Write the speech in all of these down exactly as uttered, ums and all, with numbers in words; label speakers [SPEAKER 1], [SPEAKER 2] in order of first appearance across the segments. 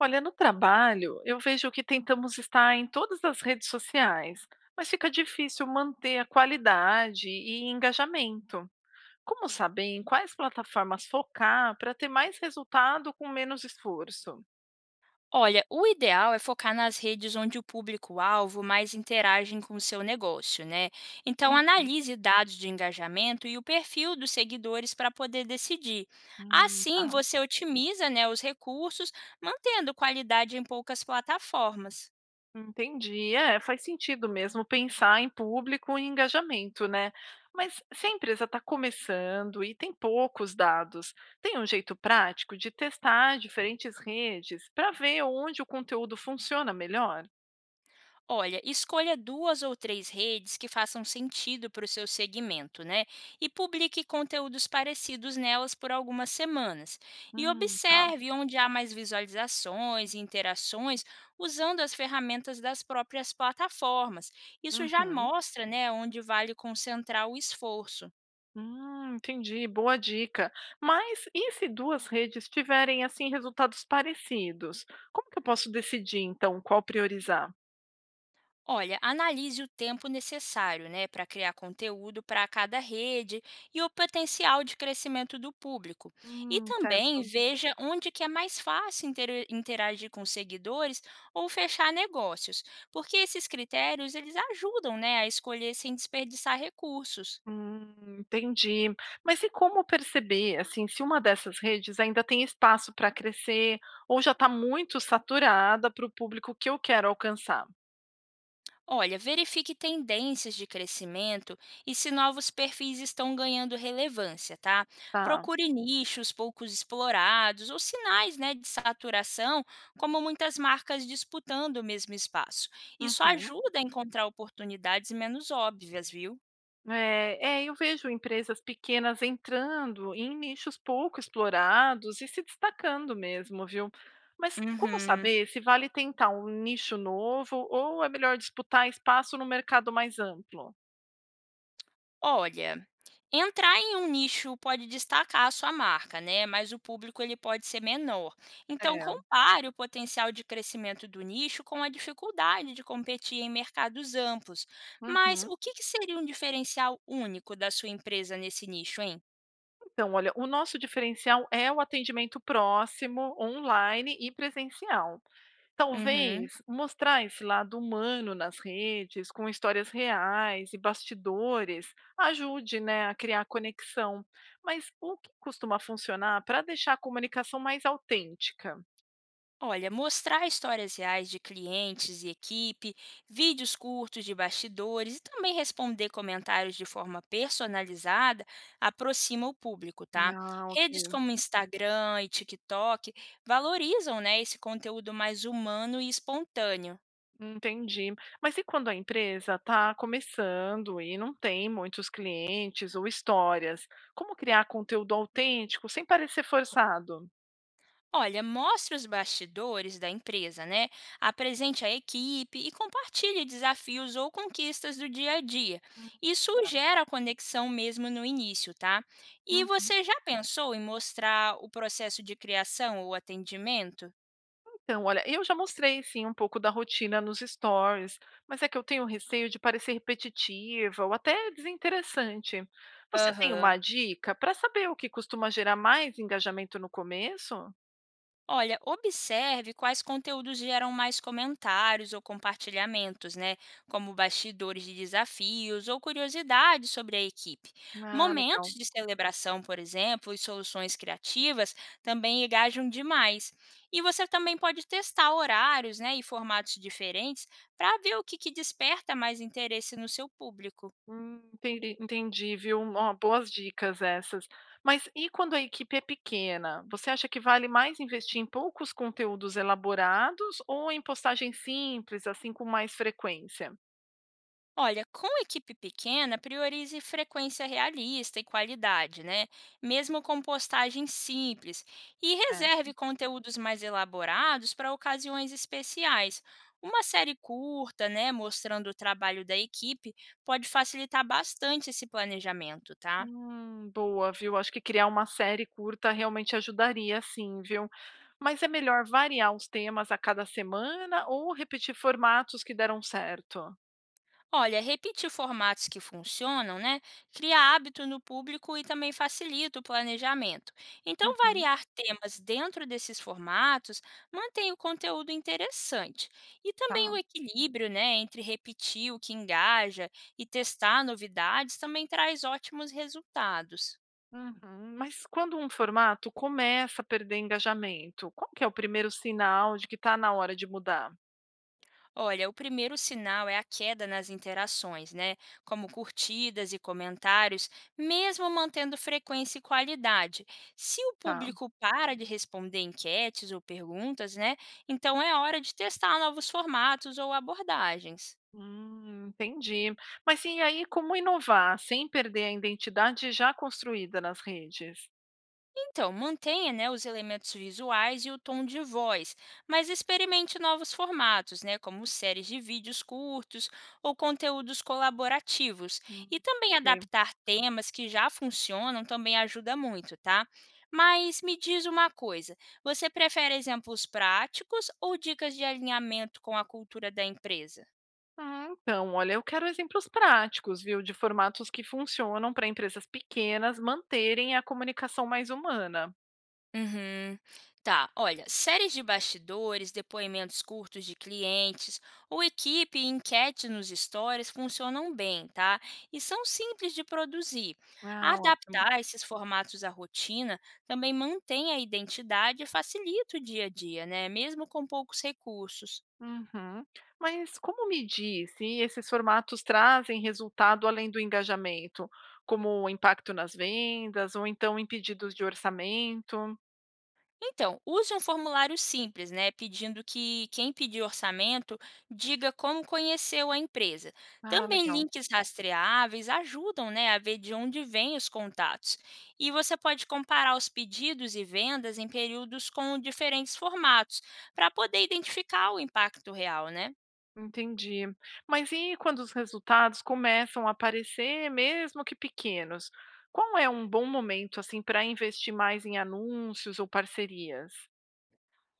[SPEAKER 1] Olha, no trabalho, eu vejo que tentamos estar em todas as redes sociais, mas fica difícil manter a qualidade e engajamento. Como saber em quais plataformas focar para ter mais resultado com menos esforço?
[SPEAKER 2] Olha, o ideal é focar nas redes onde o público-alvo mais interagem com o seu negócio, né? Então,
[SPEAKER 1] Uhum.
[SPEAKER 2] analise dados de engajamento e o perfil dos seguidores para poder decidir.
[SPEAKER 1] Hum,
[SPEAKER 2] Assim,
[SPEAKER 1] tá.
[SPEAKER 2] você otimiza, né, os recursos, mantendo qualidade em poucas plataformas.
[SPEAKER 1] Entendi. É, faz sentido mesmo pensar em público e engajamento, né? Mas se a empresa está começando e tem poucos dados, tem um jeito prático de testar diferentes redes para ver onde o conteúdo funciona melhor?
[SPEAKER 2] Olha, escolha duas ou três redes que façam sentido para o seu segmento, né? E publique conteúdos parecidos nelas por algumas semanas. E
[SPEAKER 1] Hum, tá.
[SPEAKER 2] observe onde há mais visualizações e interações usando as ferramentas das próprias plataformas. Isso já
[SPEAKER 1] Uhum.
[SPEAKER 2] mostra, né, onde vale concentrar o esforço.
[SPEAKER 1] Hum, entendi. Boa dica. Mas e se duas redes tiverem assim resultados parecidos? Como que eu posso decidir então qual priorizar?
[SPEAKER 2] Olha, analise o tempo necessário né, para criar conteúdo para cada rede e o potencial de crescimento do público. E
[SPEAKER 1] Hum, certo.
[SPEAKER 2] também veja onde que é mais fácil intera- interagir com seguidores ou fechar negócios, porque esses critérios eles ajudam né, a escolher sem desperdiçar recursos.
[SPEAKER 1] Hum, entendi. Mas e como perceber, assim, se uma dessas redes ainda tem espaço para crescer ou já está muito saturada para o público que eu quero alcançar?
[SPEAKER 2] Olha, verifique tendências de crescimento e se novos perfis estão ganhando relevância, tá?
[SPEAKER 1] Tá.
[SPEAKER 2] Procure nichos poucos explorados ou sinais, né, de saturação, como muitas marcas disputando o mesmo espaço. Isso
[SPEAKER 1] Uhum.
[SPEAKER 2] ajuda a encontrar oportunidades menos óbvias, viu?
[SPEAKER 1] É, é, eu vejo empresas pequenas entrando em nichos pouco explorados e se destacando mesmo, viu? Mas como
[SPEAKER 2] Uhum.
[SPEAKER 1] saber se vale tentar um nicho novo ou é melhor disputar espaço no mercado mais amplo?
[SPEAKER 2] Olha, entrar em um nicho pode destacar a sua marca, né? Mas o público ele pode ser menor. Então
[SPEAKER 1] É.
[SPEAKER 2] compare o potencial de crescimento do nicho com a dificuldade de competir em mercados amplos. Mas
[SPEAKER 1] Uhum.
[SPEAKER 2] o que que seria um diferencial único da sua empresa nesse nicho, hein?
[SPEAKER 1] Então, olha, o nosso diferencial é o atendimento próximo, online e presencial.
[SPEAKER 2] Uhum.
[SPEAKER 1] Talvez mostrar esse lado humano nas redes, com histórias reais e bastidores, ajude, né, a criar conexão. Mas o que costuma funcionar para deixar a comunicação mais autêntica?
[SPEAKER 2] Olha, mostrar histórias reais de clientes e equipe, vídeos curtos de bastidores e também responder comentários de forma personalizada aproxima o público, tá?
[SPEAKER 1] Ah,
[SPEAKER 2] Redes
[SPEAKER 1] ok.
[SPEAKER 2] como Instagram e TikTok valorizam, né, esse conteúdo mais humano e espontâneo.
[SPEAKER 1] Entendi. Mas e quando a empresa está começando e não tem muitos clientes ou histórias? Como criar conteúdo autêntico sem parecer forçado?
[SPEAKER 2] Olha, mostre os bastidores da empresa, né? Apresente a equipe e compartilhe desafios ou conquistas do dia a dia. Isso gera conexão mesmo no início, tá? E
[SPEAKER 1] Uhum.
[SPEAKER 2] você já pensou em mostrar o processo de criação ou atendimento?
[SPEAKER 1] Então, olha, eu já mostrei sim um pouco da rotina nos stories, mas é que eu tenho receio de parecer repetitiva ou até desinteressante. Você tem uma
[SPEAKER 2] Aham.
[SPEAKER 1] dica para saber o que costuma gerar mais engajamento no começo?
[SPEAKER 2] Olha, observe quais conteúdos geram mais comentários ou compartilhamentos, né? Como bastidores de desafios ou curiosidades sobre a equipe.
[SPEAKER 1] Ah,
[SPEAKER 2] Momentos
[SPEAKER 1] legal.
[SPEAKER 2] de celebração, por exemplo, e soluções criativas também engajam demais. E você também pode testar horários, né, e formatos diferentes para ver o que que desperta mais interesse no seu público.
[SPEAKER 1] Hum, entendi, entendi, viu? Ó, boas dicas essas. Mas e quando a equipe é pequena? Você acha que vale mais investir em poucos conteúdos elaborados ou em postagens simples, assim, com mais frequência?
[SPEAKER 2] Olha, com equipe pequena, priorize frequência realista e qualidade, né? Mesmo com postagens simples. E reserve conteúdos mais elaborados para ocasiões especiais. Uma série curta, né, mostrando o trabalho da equipe, pode facilitar bastante esse planejamento, tá?
[SPEAKER 1] Hum, boa, viu? Acho que criar uma série curta realmente ajudaria, sim, viu? Mas é melhor variar os temas a cada semana ou repetir formatos que deram certo?
[SPEAKER 2] Olha, repetir formatos que funcionam, né? Cria hábito no público e também facilita o planejamento. Então,
[SPEAKER 1] Uhum,
[SPEAKER 2] variar temas dentro desses formatos mantém o conteúdo interessante. E também
[SPEAKER 1] tá.
[SPEAKER 2] o equilíbrio, né, entre repetir o que engaja e testar novidades também traz ótimos resultados.
[SPEAKER 1] Uhum. Mas quando um formato começa a perder engajamento, qual que é o primeiro sinal de que está na hora de mudar?
[SPEAKER 2] Olha, o primeiro sinal é a queda nas interações, né? Como curtidas e comentários, mesmo mantendo frequência e qualidade. Se o
[SPEAKER 1] Tá.
[SPEAKER 2] público para de responder enquetes ou perguntas, né? Então é hora de testar novos formatos ou abordagens.
[SPEAKER 1] Hum, entendi. Mas e aí, como inovar sem perder a identidade já construída nas redes?
[SPEAKER 2] Então, mantenha, né, os elementos visuais e o tom de voz, mas experimente novos formatos, né, como séries de vídeos curtos ou conteúdos colaborativos.
[SPEAKER 1] Hum,
[SPEAKER 2] E também
[SPEAKER 1] ok.
[SPEAKER 2] adaptar temas que já funcionam também ajuda muito, tá? Mas me diz uma coisa, você prefere exemplos práticos ou dicas de alinhamento com a cultura da empresa?
[SPEAKER 1] Ah, então, olha, eu quero exemplos práticos, viu, de formatos que funcionam para empresas pequenas manterem a comunicação mais humana.
[SPEAKER 2] Uhum. Tá, olha, séries de bastidores, depoimentos curtos de clientes, ou equipe e enquete nos stories funcionam bem, tá? E são simples de produzir.
[SPEAKER 1] Ah, ótimo.
[SPEAKER 2] Adaptar esses formatos à rotina também mantém a identidade e facilita o dia a dia, né? Mesmo com poucos recursos.
[SPEAKER 1] Uhum. Mas como medir se esses formatos trazem resultado além do engajamento, como o impacto nas vendas ou então em pedidos de orçamento?
[SPEAKER 2] Então, use um formulário simples, né, pedindo que quem pedir orçamento diga como conheceu a empresa.
[SPEAKER 1] Ah,
[SPEAKER 2] Também
[SPEAKER 1] legal.
[SPEAKER 2] links rastreáveis ajudam, né, a ver de onde vêm os contatos. E você pode comparar os pedidos e vendas em períodos com diferentes formatos, para poder identificar o impacto real, né?
[SPEAKER 1] Entendi. Mas e quando os resultados começam a aparecer, mesmo que pequenos? Qual é um bom momento assim para investir mais em anúncios ou parcerias?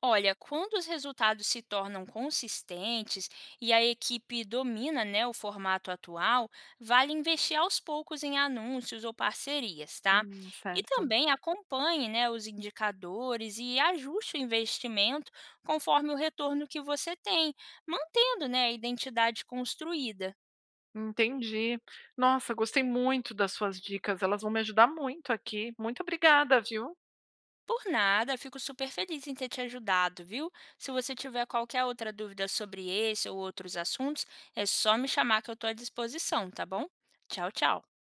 [SPEAKER 2] Olha, quando os resultados se tornam consistentes e a equipe domina, né, o formato atual, vale investir aos poucos em anúncios ou parcerias, tá?
[SPEAKER 1] Hum,
[SPEAKER 2] E
[SPEAKER 1] certo.
[SPEAKER 2] também acompanhe, né, os indicadores e ajuste o investimento conforme o retorno que você tem, mantendo, né, a identidade construída.
[SPEAKER 1] Entendi. Nossa, gostei muito das suas dicas. Elas vão me ajudar muito aqui. Muito obrigada, viu?
[SPEAKER 2] Por nada, fico super feliz em ter te ajudado, viu? Se você tiver qualquer outra dúvida sobre esse ou outros assuntos, é só me chamar que eu estou à disposição, tá bom? Tchau, tchau.